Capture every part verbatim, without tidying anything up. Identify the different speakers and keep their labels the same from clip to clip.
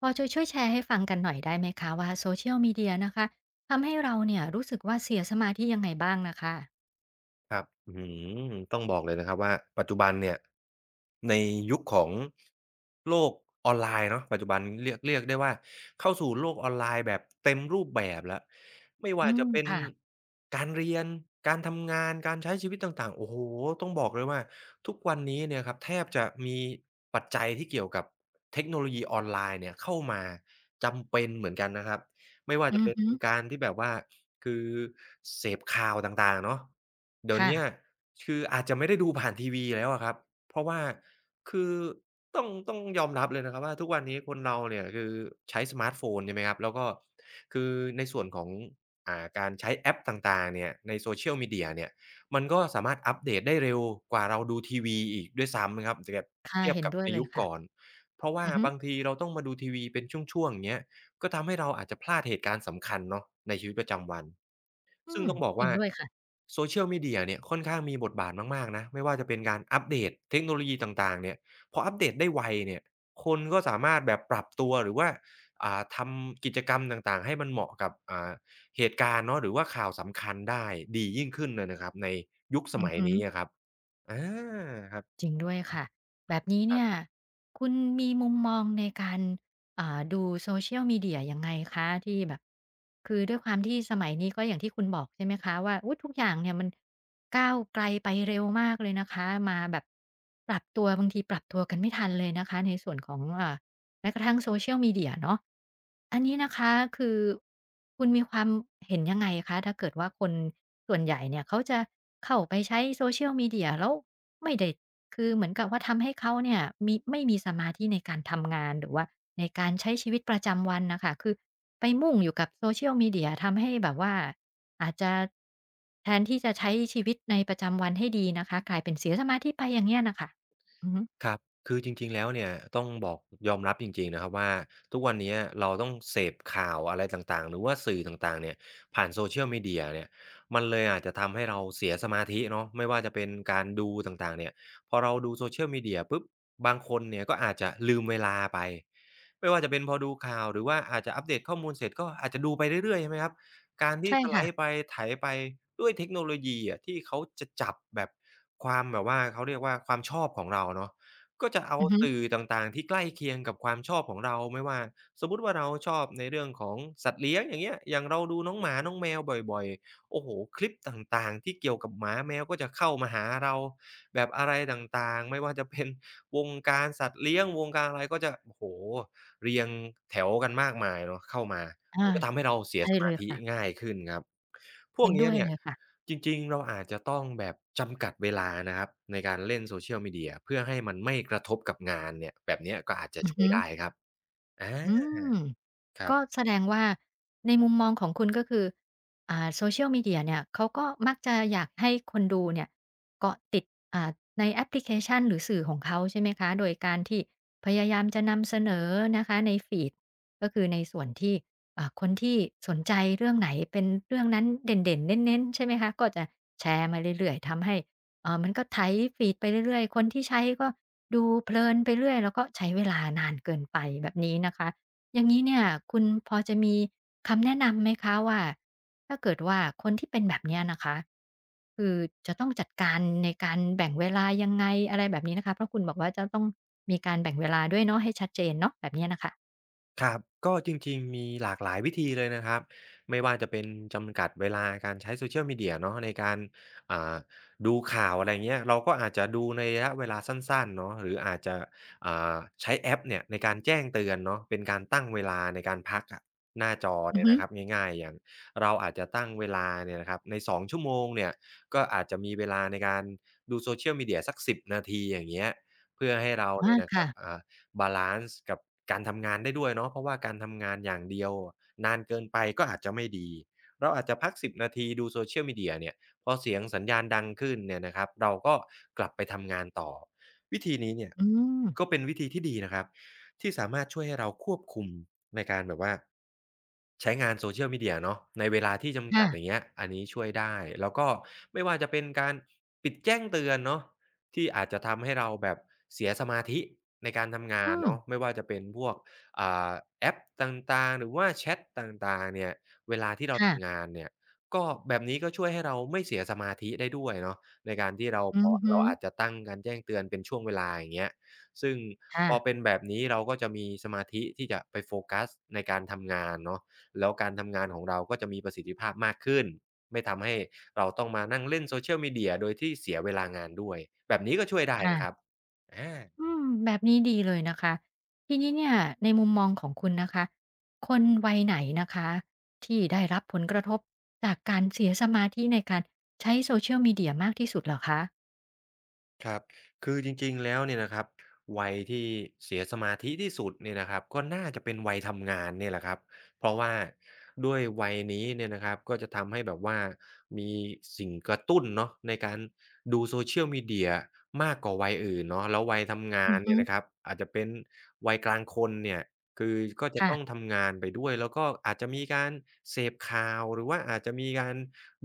Speaker 1: พอจะช่วยแชร์ให้ฟังกันหน่อยได้ไหมคะว่า Social Media นะคะทำให้เราเนี่ยรู้สึกว่าเสียสมาธิยังไงบ้างนะคะ
Speaker 2: ครับอื้อฮือต้องบอกเลยนะครับว่าปัจจุบันเนี่ยในยุคของโลกออนไลน์เนาะปัจจุบันเรียกเรียกได้ว่าเข้าสู่โลกออนไลน์แบบเต็มรูปแบบแล้วไม่
Speaker 1: อื
Speaker 2: ว่า
Speaker 1: ม
Speaker 2: จะเป็น
Speaker 1: ค่ะ
Speaker 2: การเรียนการทำงานการใช้ชีวิตต่างๆโอ้โฮต้องบอกเลยว่าทุกวันนี้เนี่ยครับแทบจะมีปัจจัยที่เกี่ยวกับเทคโนโลยีออนไลน์เนี่ยเข้ามาจำเป็นเหมือนกันนะครับไม่ว่า
Speaker 1: อื
Speaker 2: จะ
Speaker 1: อ
Speaker 2: เป็น
Speaker 1: ฮึ
Speaker 2: การที่แบบว่าคือเสพข่าวต่างๆเนาะ เดี๋ยวเนี้ย
Speaker 1: ค่ะ
Speaker 2: คืออาจจะไม่ได้ดูผ่านทีวีแล้วอะครับเพราะว่าคือต้องต้องยอมรับเลยนะครับว่าทุกวันนี้คนเราเนี่ยคือใช้สมาร์ตโฟนใช่ไหมครับแล้วก็คือในส่วนของอ่าการใช้แอปต่างๆเนี่ยใน Social Media เนี่ยมันก็สามารถอัปเดตได้เร็วกว่าเราดูทีวีอีกด้วยซ้ำนะครับจะแบบ
Speaker 1: ค่ะ
Speaker 2: เทียบ
Speaker 1: เห็น
Speaker 2: กับ
Speaker 1: ด้วย
Speaker 2: ใน
Speaker 1: เลย
Speaker 2: ยุค
Speaker 1: ค่ะ
Speaker 2: ก่อนเพราะว่า
Speaker 1: อือฮึ
Speaker 2: บางทีเราต้องมาดูทีวีเป็นช่วงๆอย่างเงี้ย ก็ทำให้เราอาจจะพลาดเหตุการณ์สำคัญเนาะในชีวิตประจำวัน
Speaker 1: อื
Speaker 2: ซึ่ง
Speaker 1: ม
Speaker 2: ต้องบอก
Speaker 1: จริง
Speaker 2: ว่า
Speaker 1: ด้วยค่ะ
Speaker 2: Social Media เนี่ยค่อนข้างมีบทบาทมากๆนะไม่ว่าจะเป็นการอัปเดตเทคโนโลยีต่างๆเนี่ยพออัปเดตได้ไวเนี่ยคนก็สามารถแบบปรับตัวหรือว่าอ่าทำกิจกรรมต่างๆให้มันเหมาะกับอ่าเหตุการณ์เนาะหรือว่าข่าวสำคัญได้ดียิ่งขึ้นเลยนะครับในยุคส
Speaker 1: อือ
Speaker 2: มัย
Speaker 1: ฮึ
Speaker 2: นี้อะครับอาครับ
Speaker 1: จริงด้วย
Speaker 2: อื
Speaker 1: ค่ะ
Speaker 2: ม
Speaker 1: แบบนี้
Speaker 2: ครั
Speaker 1: เนี่
Speaker 2: บ
Speaker 1: ยคุณมีมุมมองในการอ่าดูโซเ c i a l Media ยยังไงคะที่แบบคือด้วยความที่สมัยนี้ก็อย่างที่คุณบอกใช่ไหมคะว่าอุ๊ยทุกอย่างเนี่ยมันก้าวไกลไปเร็วมากเลยนะคะมาแบบปรับตัวบางทีปรับตัวกันไม่ทันเลยนะคะในส่วนของอ่าแม้กระทั่งโซเชียลมีเดียเนาะอันนี้นะคะคือคุณมีความเห็นยังไงคะถ้าเกิดว่าคนส่วนใหญ่เนี่ยเขาจะเข้าไปใช้โซเชียลมีเดียแล้วไม่ได้ คือเหมือนกับว่าทำให้เขาเนี่ยมีไม่มีสมาธิในการทำงานหรือว่าในการใช้ชีวิตประจำวันน่ะค่ะคือไปมุ่งอยู่กับ Social Media ทำให้แบบว่าอาจจะแทนที่จะใช้ชีวิตในประจำวันให้ดีนะคะกลายเป็นเสียสมาธิไปอย่างเงี้ยน่ะค่ะอือฮึ
Speaker 2: ครับคือจริงๆแล้วเนี่ยต้องบอกยอมรับจริงๆนะครับว่าทุกวันเนี้ยเราต้องเสพข่าวอะไรต่างๆหรือว่าสื่อต่างๆเนี่ยผ่าน Social Media เนี่ยมันเลยอาจจะทำให้เราเสียสมาธิเนาะไม่ว่าจะเป็นการดูต่างๆเนี่ยพอเราดู Social Media ปุ๊บบางคนเนี่ยก็อาจจะลืมเวลาไปไม่ว่าจะเป็นพอดูข่าวหรือว่าอาจจะอัปเดตข้อมูลเสร็จก็อาจจะดูไปเรื่อยๆใช่ไหมครับการที่
Speaker 1: ใช่
Speaker 2: สไลด์ไป
Speaker 1: ค่ะ
Speaker 2: ไถไปด้วยเทคโนโลยีอะที่เขาจะจับแบบความแบบว่าเขาเรียกว่าความชอบของเราเนาะ ก็จะเอา
Speaker 1: อือฮึ
Speaker 2: สื่อต่างๆที่ใกล้เคียงกับความชอบของเราไม่ว่าสมมุติว่าเราชอบในเรื่องของสัตว์เลี้ยงอย่างเงี้ยอย่างเราดูน้องหมาน้องแมวบ่อยๆโอ้โฮคลิปต่างๆที่เกี่ยวกับหมาแมวก็จะเข้ามาหาเราแบบอะไรต่างๆไม่ว่าจะเป็นวงการสัตว์เลี้ยงวงการอะไรก็จะโอ้โฮเรียงแถวกันมากมายเนาะเข้ามามั
Speaker 1: อา
Speaker 2: นก็ทำให้เราเสีย
Speaker 1: ใช่
Speaker 2: ส
Speaker 1: เล
Speaker 2: มา
Speaker 1: ย
Speaker 2: ธิ
Speaker 1: ค่ะ
Speaker 2: ง่ายขึ้นครับพว
Speaker 1: เห็
Speaker 2: ก
Speaker 1: น
Speaker 2: เนี้
Speaker 1: ด้
Speaker 2: ย
Speaker 1: วย
Speaker 2: เนี่
Speaker 1: เล
Speaker 2: ย
Speaker 1: ยค่ะ
Speaker 2: จริงๆ เราอาจจะต้องแบบจำกัดเวลานะครับในการเล่น Social Media เพื่อให้มันไม่กระทบกับงานเนี่ยแบบเนี้ยก็อาจจะ
Speaker 1: อือ
Speaker 2: ช่วย
Speaker 1: ฮึ
Speaker 2: ได้ครับ
Speaker 1: อื
Speaker 2: อา
Speaker 1: ม
Speaker 2: ครั
Speaker 1: ก็
Speaker 2: บ
Speaker 1: แสดงว่าในมุมมองของคุณก็คืออ่า Social Media เนี่ยเขาก็มักจะอยากให้คนดูเนี่ยเกาะติดอ่าในแอปพลิเคชันหรือสื่อของเขาใช่ไหมคะโดยการที่พยายามจะนำเสนอนะคะในฟีดก็คือในส่วนที่อ่าคนที่สนใจเรื่องไหนเป็นเรื่องนั้นเด่นๆเน้นๆใช่ไหมคะก็จะแชร์มาเรื่อยๆทำให้ เอ่อมันก็ไถฟีดไปเรื่อยๆคนที่ใช้ก็ดูเพลินไปเรื่อยแล้วก็ใช้เวลานานเกินไปแบบนี้นะคะ อย่างงี้เนี่ยคุณพอจะมีคำแนะนำไหมคะว่าถ้าเกิดว่าคนที่เป็นแบบเนี้ยนะคะคือจะต้องจัดการในการแบ่งเวลายังไงอะไรแบบนี้นะคะเพราะคุณบอกว่าจะต้องเนี่ยน่ะค่ะ
Speaker 2: ครับก็จริงๆมีหลากหลายวิธีเลยนะครับไม่ว่าจะเป็นจำกัดเวลาการใช้ Social Media เนาะในการอ่าดูข่าวอะไรเงี้ยเราก็อาจจะดูในระยะเวลาสั้นๆเนาะหรืออาจจะอ่าใช้แอปเนี่ยในการแจ้งเตือนเนาะเป็นการตั้งเวลาในการพักอะหน้าจอ
Speaker 1: อือ
Speaker 2: เนี่ย
Speaker 1: ฮึ
Speaker 2: นะครับง่ายๆอย่างเราอาจจะตั้งเวลาเนี่ยนะครับในสองชั่วโมงเนี่ยก็อาจจะมีเวลาในการดู Social Media สักสิบนาทีอย่างเงี้ยเพื่อให้เรา
Speaker 1: อา
Speaker 2: เนี่ยนะครั
Speaker 1: ค่ะ
Speaker 2: บอ่า บาลันซ์กับการทำงานได้ด้วยเนาะเพราะว่าการทำงานอย่างเดียวนานเกินไปก็อาจจะไม่ดีเราอาจจะพักสิบนาทีดู Social Media เนี่ยพอเสียงสัญญาณดังขึ้นเนี่ยนะครับเราก็กลับไปทำงานต่อวิธีนี้เนี่ย
Speaker 1: อืม
Speaker 2: ก็เป็นวิธีที่ดีนะครับที่สามารถช่วยให้เราควบคุมในการแบบว่าใช้งาน Social Media เนาะในเวลาที่จำ
Speaker 1: ค่ะ
Speaker 2: กัดอย่างเงี้ยอันนี้ช่วยได้แล้วก็ไม่ว่าจะเป็นการปิดแจ้งเตือนเนาะ ที่อาจจะทำให้เราแบบเสียสมาธิในการทำงา
Speaker 1: อื
Speaker 2: น
Speaker 1: ม
Speaker 2: เนาะไม่ว่าจะเป็นพวกอ่าแอปต่างๆหรือว่าแชตต่างๆเนี่ยเวลาที่เรา
Speaker 1: ค่ะ
Speaker 2: ทำงานเนี่ยก็แบบนี้ก็ช่วยให้เราไม่เสียสมาธิได้ด้วยเนาะในการที่เรา
Speaker 1: อื
Speaker 2: พอ
Speaker 1: อฮึ
Speaker 2: เราอาจจะตั้งการแจ้งเตือนเป็นช่วงเวลาอย่างเงี้ยซึ่ง
Speaker 1: ค่ะ
Speaker 2: พอเป็นแบบนี้เราก็จะมีสมาธิที่จะไปโฟกัสในการทำงานเนาะแล้วการทำงานของเราก็จะมีประสิทธิภาพมากขึ้น ไม่ทำให้เราต้องมานั่งเล่น Social Media โดยที่เสียเวลางานด้วยแบบนี้ก็ช่วยได้นะครับ
Speaker 1: ค่ะ
Speaker 2: อา
Speaker 1: อืมแบบนี้ดีเลยนะคะทีนี้เนี่ยในมุมมองของคุณนะคะคนวัยไหนนะคะที่ได้รับผลกระทบจากการเสียสมาธิในการใช้โซเชียลมีเดียมากที่สุดเหรอคะ
Speaker 2: ครับคือจริงๆแล้วเนี่ยนะครับวัยที่เสียสมาธิที่สุดเนี่ยนะครับก็น่าจะเป็นวัยทำงานเนี่ยแหละครับเพราะว่าด้วยวัยนี้เนี่ยนะครับก็จะทำให้แบบว่ามีสิ่งกระตุ้นเนาะในการดู Social Media มากกว่าวัยอื่นเนาะแล้ววัยทำงา
Speaker 1: อื
Speaker 2: น
Speaker 1: อ
Speaker 2: เนี่
Speaker 1: ฮึ
Speaker 2: ยนะครับอาจจะเป็นวัยกลางคนเนี่ยคือก็จะต้อง
Speaker 1: ค่ะ
Speaker 2: ทำงานไปด้วยแล้วก็อาจจะมีการเสพข่าวหรือว่าอาจจะมีการ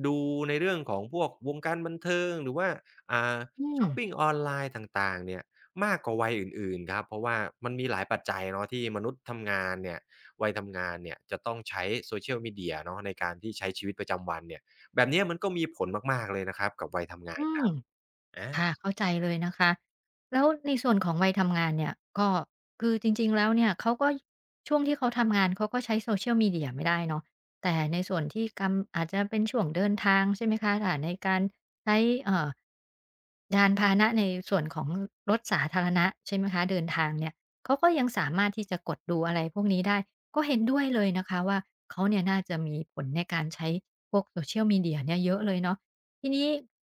Speaker 2: ดูในเรื่องของพวกวงการบันเทิงหรือว่าอ่า
Speaker 1: อืม
Speaker 2: ช็อปปิงออนไลน์ต่างๆเนี่ยมากกว่าวัยอื่นๆครับเพราะว่ามันมีหลายปัจจัยเนาะที่มนุษย์ทำงานเนี่ยวัยทำงานเนี่ยจะต้องใช้ Social Media เนาะในการที่ใช้ชีวิตประจำวันเนี่ยแบบเนี้ยมันก็มีผลมากๆเลยนะครับกับวัยทำงาน
Speaker 1: อื
Speaker 2: ค
Speaker 1: ม
Speaker 2: รับอา
Speaker 1: ค่ะเข้าใจเลยนะคะแล้วในส่วนของวัยทำงานเนี่ยก็คือจริงๆแล้วเนี่ยเขาก็ช่วงที่เขาทำงานเขาก็ใช้ Social Media ไม่ได้เนาะแต่ในส่วนที่กำอาจจะเป็นช่วงเดินทางใช่ไหมคะอ่าในการใช้เอ่อยานพาหนะในส่วนของรถสาธารณะใช่ไหมคะเดินทางเนี่ยเขาก็ยังสามารถที่จะกดดูอะไรพวกนี้ได้ก็เห็นด้วยเลยนะคะว่าเขาเนี่ยน่าจะมีผลในการใช้พวก Social Media เนี่ยเยอะเลยเนาะ ทีนี้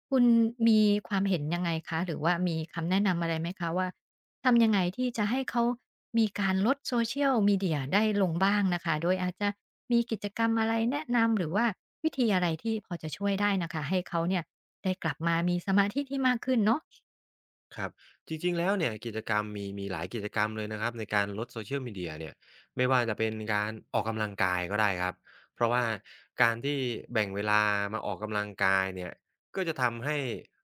Speaker 1: คุณมีความเห็นยังไงคะหรือว่ามีคำแนะนำอะไรไหมคะว่าทำยังไงที่จะให้เขามีการลด Social Media ได้ลงบ้างน่ะค่ะโดยอาจจะมีกิจกรรมอะไรแนะนำหรือว่าวิธีอะไรที่พอจะช่วยได้น่ะค่ะให้เขาเนี่ยได้กลับมามีสมาธิที่มากขึ้นเนาะ
Speaker 2: ครับจริงๆแล้วเนี่ยกิจกรรมมีมีหลายกิจกรรมเลยนะครับในการลด Social Media เนี่ยไม่ว่าจะเป็นการออกกำลังกายก็ได้ครับเพราะว่าการที่แบ่งเวลามาออกกำลังกายเนี่ยก็จะทำให้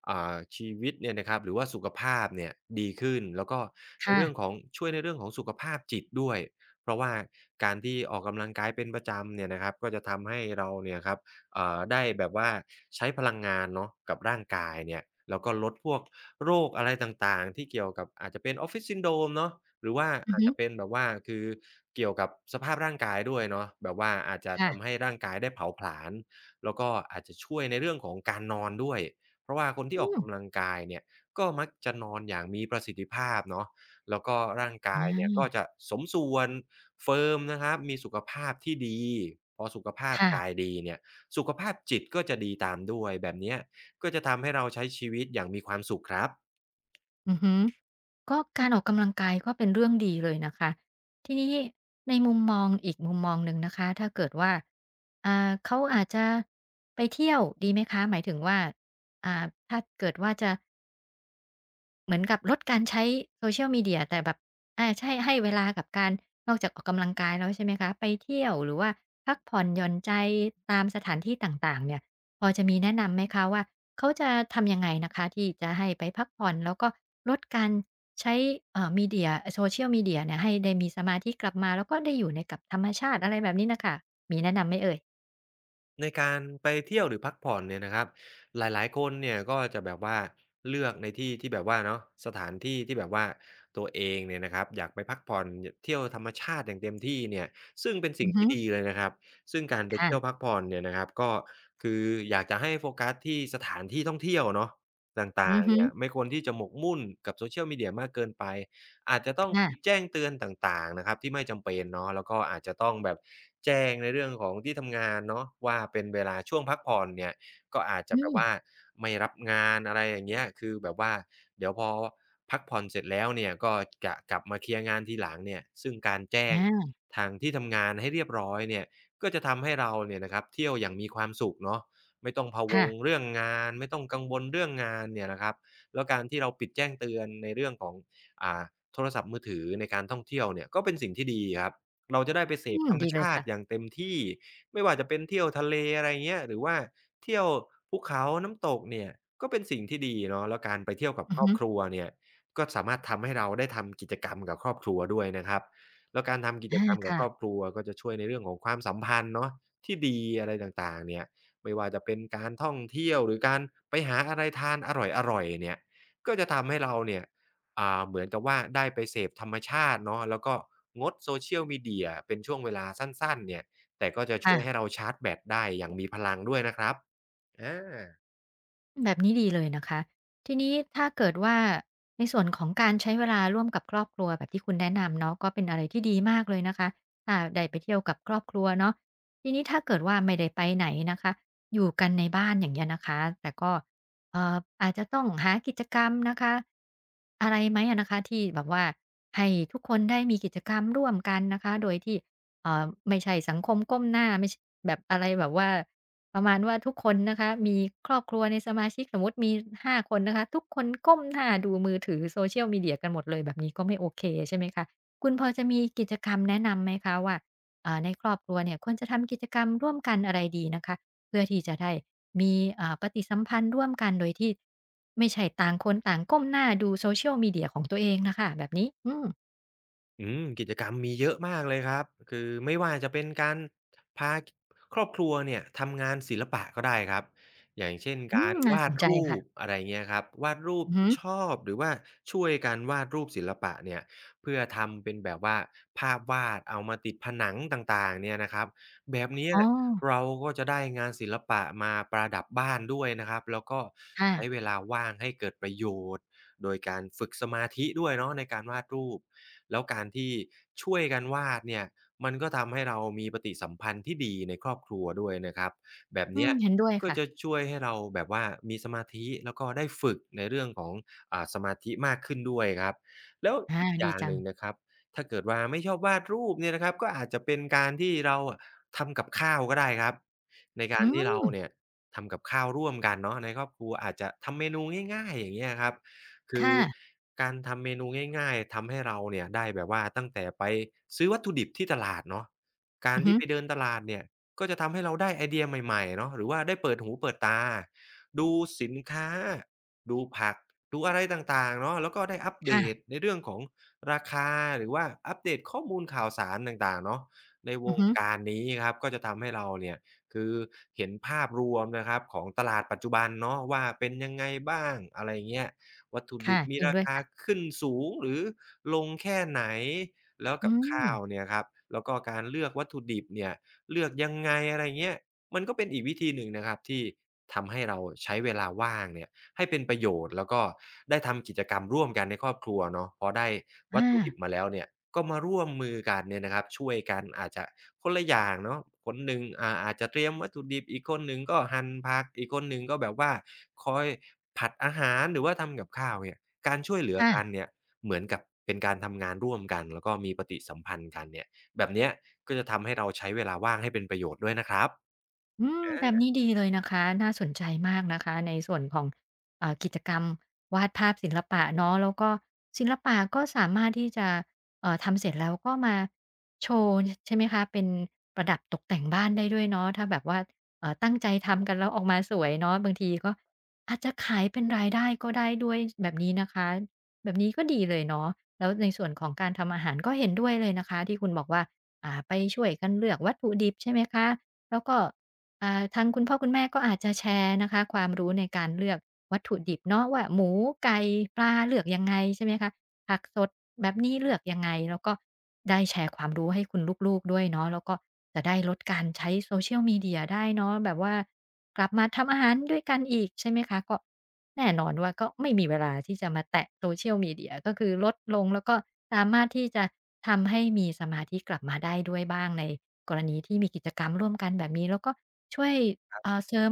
Speaker 2: อ่าชีวิตเนี่ยนะครับหรือว่าสุขภาพเนี่ยดีขึ้นแล้วก็ใน
Speaker 1: ค่ะ
Speaker 2: เรื่องของช่วยในเรื่องของสุขภาพจิตด้วยเพราะว่าการที่ออกกำลังกายเป็นประจำเนี่ยนะครับก็จะทำให้เราเนี่ยครับ เอ่อได้แบบว่าใช้พลังงานเนาะกับร่างกายเนี่ยแล้วก็ลดพวกโรคอะไรต่างๆที่เกี่ยวกับอาจจะเป็น Office Syndrome เนาะหรือว่า
Speaker 1: อือ
Speaker 2: อาจ
Speaker 1: ฮึ
Speaker 2: จะเป็นแบบว่าคือเกี่ยวกับสภาพร่างกายด้วยเนาะแบบว่าอาจจะทำ
Speaker 1: ค่ะ
Speaker 2: ให้ร่างกายได้เผาผลาญแล้วก็อาจจะช่วยในเรื่องของการนอนด้วยเพราะว่าคนที่
Speaker 1: อื
Speaker 2: ออก
Speaker 1: ม
Speaker 2: กำลังกายเนี่ยก็มักจะนอนอย่างมีประสิทธิภาพเนาะแล้วก็ร่าง
Speaker 1: อ
Speaker 2: กายเนี่ยก็
Speaker 1: า
Speaker 2: จะสมส่วนเฟิร์มนะครับมีสุขภาพที่ดีพอสุขภาพ
Speaker 1: ค่ะ
Speaker 2: กายดีเนี่ย สุขภาพจิตก็จะดีตามด้วยแบบเนี้ยก็จะทำให้เราใช้ชีวิตอย่างมีความสุขครับ
Speaker 1: อือฮึก็การออกกำลังกายก็เป็นเรื่องดีเลยนะคะทีนี้ในมุมมองอีกมุมมองหนึ่งนะคะถ้าเกิดว่าอ่าเขาอาจจะไปเที่ยวดีไหมคะหมายถึงว่าอ่าถ้าเกิดว่าจะ เหมือนกับลดการใช้ Social Media แต่แบบอาใช่ให้เวลากับการนอกจากออกกำลังกายแล้วใช่ไหมคะไปเที่ยวหรือว่าพักผ่อนหย่อนใจตามสถานที่ต่างๆเนี่ยพอจะมีแนะนำไหมคะว่าเขาจะทำยังไงนะคะที่จะให้ไปพักผ่อนแล้วก็ลดการใช้เอ่อ Media เอ่อ Social Media เนี่ยให้ได้มีสมาธิกลับมาแล้วก็ได้อยู่ในกับธรรมชาติอะไรแบบนี้น่ะค่ะมีแนะนำไหมเอ่ย
Speaker 2: ในการไปเที่ยวหรือพักผ่อนเนี่ยนะครับหลายๆคนเนี่ยก็จะแบบว่าเลือกในที่ที่แบบว่าเนาะสถานที่ที่แบบว่าตัวเองเนี่ยนะครับอยากไปพักผ่อนยเที่ยวธรรมชาติอย่างเต็มที่เนี่ยซึ่งเป็น
Speaker 1: อื
Speaker 2: สิ่ง
Speaker 1: อฮึ
Speaker 2: ที่ดีเลยนะครับซึ่งการไปเที่ยว
Speaker 1: ค่ะ
Speaker 2: พักผ่อนเนี่ยนะครับก็คืออยากจะให้โฟกัสที่สถานที่ท่องเที่ยวเนาะต
Speaker 1: อื
Speaker 2: ่าง
Speaker 1: อ
Speaker 2: ๆ
Speaker 1: ฮึ
Speaker 2: เนี่ยไม่ควรที่จะหมกมุ่นกับ Social Media มากเกินไป อาจจะต้องปิด
Speaker 1: ค่ะ
Speaker 2: แจ้งเตือนต่างๆนะครับที่ไม่จำเป็นเนาะแล้วก็อาจจะต้องแบบแจ้งในเรื่องของที่ทำงานเนาะว่าเป็นเวลาช่วงพักผ่อนเนี่ยก็อาจจะ
Speaker 1: อื
Speaker 2: แบ
Speaker 1: ม
Speaker 2: บว่าไม่รับงานอะไรอย่างเงี้ยคือแบบว่าเดี๋ยวพอพักผ่อนเสร็จแล้วเนี่ยก็จะกลับมาเคลียร์งานทีหลังเนี่ยซึ่งการแจ้ง
Speaker 1: อา
Speaker 2: ทางที่ทำงานให้เรียบร้อยเนี่ยก็จะทำให้เราเนี่ยนะครับเที่ยวอย่างมีความสุขเนาะไม่ต้องพะว
Speaker 1: ค่ะ
Speaker 2: งเรื่องงานไม่ต้องกังวลเรื่องงานเนี่ยนะครับแล้วการที่เราปิดแจ้งเตือนในเรื่องของ อ่าโทรศัพท์มือถือในการท่องเที่ยวเนี่ยก็เป็นสิ่งที่ดีครับเราจะได้ไปเส
Speaker 1: อื
Speaker 2: พ
Speaker 1: ม
Speaker 2: ธรรม
Speaker 1: ดีเลย
Speaker 2: ชา
Speaker 1: ค่ะ
Speaker 2: ติอย่างเต็มที่ไม่ว่าจะเป็นเที่ยวทะเลอะไรเงี้ยหรือว่าเที่ยวภูเขาน้ำตกเนี่ยก็เป็นสิ่งที่ดีเนาะแล้วการไปเที่ยวกับ
Speaker 1: อือ
Speaker 2: ครอบ
Speaker 1: ฮึ
Speaker 2: ครัวเนี่ยก็สามารถทำให้เราได้ทำกิจกรรมกับครอบครัวด้วยนะครับแล้วการทำกิจ
Speaker 1: อา
Speaker 2: กรรมกับครอบ
Speaker 1: ค่ะ
Speaker 2: ครัวก็จะช่วยในเรื่องของความสัมพันธ์เนาะที่ดีอะไรต่างๆเนี่ยไม่ว่าจะเป็นการท่องเที่ยวหรือการไปหาอะไรทานอร่อยๆเนี่ยก็จะทำให้เราเนี่ย อ่าเหมือนกับว่าได้ไปเสพธรรมชาติเนาะแล้วก็งด Social Media เป็นช่วงเวลาสั้นๆเนี่ยแต่ก็จะช่วยให้
Speaker 1: ค่ะ
Speaker 2: เราชาร์จแบตได้อย่างมีพลังด้วยนะครับอา
Speaker 1: แบบนี้ดีเลยนะคะทีนี้ถ้าเกิดว่าในส่วนของการใช้เวลาร่วมกับครอบครัวแบบที่คุณแนะนำเนาะก็เป็นอะไรที่ดีมากเลยนะคะถ้าได้ไปเที่ยวกับครอบครัวเนาะทีนี้ถ้าเกิดว่าไม่ได้ไปไหนนะคะอยู่กันในบ้านอย่างเงี้ยนะคะแต่ก็เอ่ออาจจะต้องหากิจกรรมนะคะอะไรไหมอะนะคะที่แบบว่าให้ทุกคนได้มีกิจกรรมร่วมกันนะคะโดยที่เอ่อไม่ใช่สังคมก้มหน้าไม่ใชแบบอะไรแบบว่า ประมาณว่าทุกคนนะคะมีครอบครัวในสมาชิกสมมุติมีห้าคนนะคะทุกคนก้มหน้าดูมือถือ Social Media กันหมดเลยแบบนี้ก็ไม่โอเคใช่ไหมคะคุณพอจะมีกิจกรรมแนะนำไหมคะว่าอ่าในครอบครัวเนี่ยควรจะทำกิจกรรมร่วมกันอะไรดีนะคะเพื่อที่จะได้มีอ่าปฏิสัมพันธ์ร่วมกันโดยที่ไม่ใช่ต่างคนต่างก้มหน้าดู Social Media ของตัวเองน่ะค่ะแบบนี้อืม
Speaker 2: อืมกิจกรรมมีเยอะมากเลยครับคือไม่ว่าจะเป็นการพาครอบครัวเนี่ยทำงานศิลปะก็ได้ครับอย่างเช่น
Speaker 1: อื
Speaker 2: กา
Speaker 1: ม
Speaker 2: ร
Speaker 1: น่า
Speaker 2: วา
Speaker 1: ส
Speaker 2: ด
Speaker 1: นใจ
Speaker 2: รู
Speaker 1: ค่ะ
Speaker 2: ปอะไรเงี้ยครับวาดรูป
Speaker 1: อือฮึ
Speaker 2: ที่ชอบหรือว่าช่วยกันวาดรูปศิลปะเนี่ยเพื่อทำเป็นแบบว่าภาพวาดเอามาติดผนังต่างๆเนี่ยนะครับแบบเนี้ย
Speaker 1: อ๋อ
Speaker 2: เราก็จะได้งานศิลปะมาประดับบ้านด้วยนะครับแล้วก็
Speaker 1: ค่ะ
Speaker 2: ใช้เวลาว่างให้เกิดประโยชน์ โดยการฝึกสมาธิด้วยเนาะในการวาดรูปแล้วการที่ช่วยกันวาดเนี่ยมันก็ทำให้เรามีปฏิสัมพันธ์ที่ดีในครอบครัวด้วยนะครับแบบ
Speaker 1: อื
Speaker 2: เนี้
Speaker 1: ม
Speaker 2: ย
Speaker 1: เห็นด้วย
Speaker 2: ก็
Speaker 1: ค่ะ
Speaker 2: จะช่วยให้เราแบบว่ามีสมาธิแล้วก็ได้ฝึกในเรื่องของอ่าสมาธิมากขึ้นด้วยครับแล้ว
Speaker 1: อา
Speaker 2: อีกอ
Speaker 1: ดี
Speaker 2: ย่าง
Speaker 1: จั
Speaker 2: ห
Speaker 1: ง
Speaker 2: นึ่งนะครับถ้าเกิดว่าไม่ชอบวาดรูปเนี่ยนะครับก็อาจจะเป็นการที่เราอะทำกับข้าวก็ได้ครับในกา
Speaker 1: อื
Speaker 2: รที่เรา
Speaker 1: ม
Speaker 2: เนี่ยทำกับข้าวร่วมกันเนาะในครอบครัวอาจจะทำเมนูง่ายๆอย่างเงี้ยครับ คือ
Speaker 1: ค่ะ
Speaker 2: การทำเมนูง่ายๆทำให้เราเนี่ยได้แบบว่าตั้งแต่ไปซื้อวัตถุดิบที่ตลาดเนาะกา
Speaker 1: อื
Speaker 2: ร
Speaker 1: อฮึ
Speaker 2: ที่ไปเดินตลาดเนี่ยก็จะทำให้เราได้ไอเดียใหม่ๆเนาะหรือว่าได้เปิดหูเปิดตาดูสินค้าดูผักดูอะไรต่างๆเนาะแล้วก็ได้อัปเด
Speaker 1: ค่ะ
Speaker 2: ตในเรื่องของราคาหรือว่าอัปเดตข้อมูลข่าวสารต่างๆเนาะในว
Speaker 1: อือ
Speaker 2: ง
Speaker 1: ฮึ
Speaker 2: การนี้ครับก็จะทำให้เราเนี่ยคือเห็นภาพรวมนะครับของตลาดปัจจุบันเนาะว่าเป็นยังไงบ้างอะไรเงี้ย วัตถุดิ
Speaker 1: ค่ะ
Speaker 2: บมี
Speaker 1: จริง
Speaker 2: รา
Speaker 1: ด้วย
Speaker 2: คา
Speaker 1: ค่ะ
Speaker 2: ขึ้นสูงหรือลงแค่ไหนแล้ว
Speaker 1: อื
Speaker 2: กับ
Speaker 1: ม
Speaker 2: ข้าวเนี่ยครับแล้วก็การเลือกวัตถุดิบเนี่ยเลือกยังไงอะไรเงี้ยมันก็เป็นอีกวิธีหนึ่งนะครับที่ทำให้เราใช้เวลาว่างเนี่ยให้เป็นประโยชน์แล้วก็ได้ทำกิจกรรมร่วมกันในครอบครัวเนาะพอได้วัตถุดิ
Speaker 1: อา
Speaker 2: บมาแล้วเนี่ยก็มาร่วมมือกันเนี่ยนะครับช่วยกันอาจจะ คนละอย่างเนาะคนหนึ่งอ่าอาจจะเตรียมวัตถุดิบอีกคนหนึ่งก็หั่นผักอีกคนหนึ่งก็แบบว่าคอยผัดอาหารหรือว่าทำกับข้าวเนี่ยการช่วยเหลือ
Speaker 1: ค่ะ
Speaker 2: กันเนี่ยเหมือนกับเป็นการทำงานร่วมกันแล้วก็มีปฏิสัมพันธ์กันเนี่ยแบบเนี้ยก็จะทำให้เราใช้เวลาว่างให้เป็นประโยชน์ด้วยนะครับ
Speaker 1: อืมแบ
Speaker 2: อา
Speaker 1: บนี้ดีเลยนะคะน่าสนใจมากนะคะในส่วนของเอ่อกิจกรรมวาดภาพศิลปะเนาะแล้วก็ศิลปะก็สามารถที่จะเอ่อทำเสร็จแล้วก็มาโชว์ใช่ไหมคะเป็นประดับตกแต่งบ้านได้ด้วยเนาะถ้าแบบว่าเอ่อตั้งใจทำกันแล้วออกมาสวยเนาะบางทีก็อาจจะขายเป็นรายได้ก็ได้ด้วยแบบนี้นะคะแบบนี้ก็ดีเลยเนาะแล้วในส่วนของการทำอาหารก็เห็นด้วยเลยนะคะที่คุณบอกว่าอ่าไปช่วยกันเลือกวัตถุดิบใช่ไหมคะแล้วก็ อ่าทางคุณพ่อคุณแม่ก็อาจจะแชร์นะคะความรู้ในการเลือกวัตถุดิบเนาะว่าหมูไก่ปลาเลือกยังไงใช่ไหมคะผักสดแบบนี้เลือกยังไงแล้วก็ได้แชร์ความรู้ให้คุณลูกๆด้วยเนาะแล้วก็จะได้ลดการใช้ Social Media ได้เนาะแบบว่ากลับมาทำอาหารด้วยกันอีกใช่ไหมคะก็แน่นอนว่าก็ไม่มีเวลาที่จะมาแตะ Social Media ก็คือลดลงแล้วก็สามารถที่จะทำให้มีสมาธิกลับมาได้ด้วยบ้างในกรณีที่มีกิจกรรมร่วมกันแบบนี้แล้วก็ ช่วยเอ่อเสริม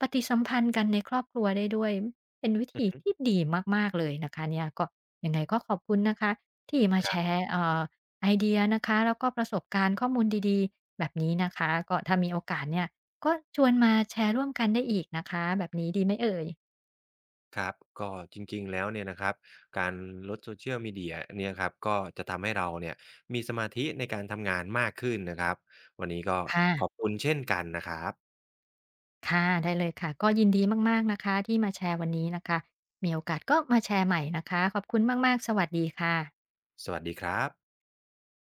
Speaker 1: ปฏิสัมพันธ์กันในครอบครัวได้ด้วยเป็นวิ
Speaker 2: อือ
Speaker 1: ธี
Speaker 2: ฮึ
Speaker 1: ที่ดีมากๆเลยนะคะเนี่ยก็ยังไงก็ขอบคุณนะคะที่มา
Speaker 2: ค
Speaker 1: แช
Speaker 2: รับ
Speaker 1: ร์เอ่อไอเดียนะคะแล้วก็ประสบการณ์ข้อมูลดีๆแบบนี้นะคะก็ถ้ามีโอกาสเนี่ยก็ชวนมาแชร์ร่วมกันได้อีกนะคะแบบนี้ดีไหมเอ่ย
Speaker 2: ครับก็จริงๆแล้วเนี่ยนะครับการลด Social Media เนี่ยครับก็จะทำให้เราเนี่ยมีสมาธิในการทำงานมากขึ้นนะครับวันนี้ก็
Speaker 1: ค่ะ
Speaker 2: ขอบคุณเช่นกันนะครับ
Speaker 1: ค่ะได้เลยค่ะก็ยินดีมากๆนะคะที่มาแชร์วันนี้นะคะมีโอกาสก็มาแชร์ใหม่นะคะขอบคุณมากๆสวัสดีค่ะ
Speaker 2: สวัสดีครับ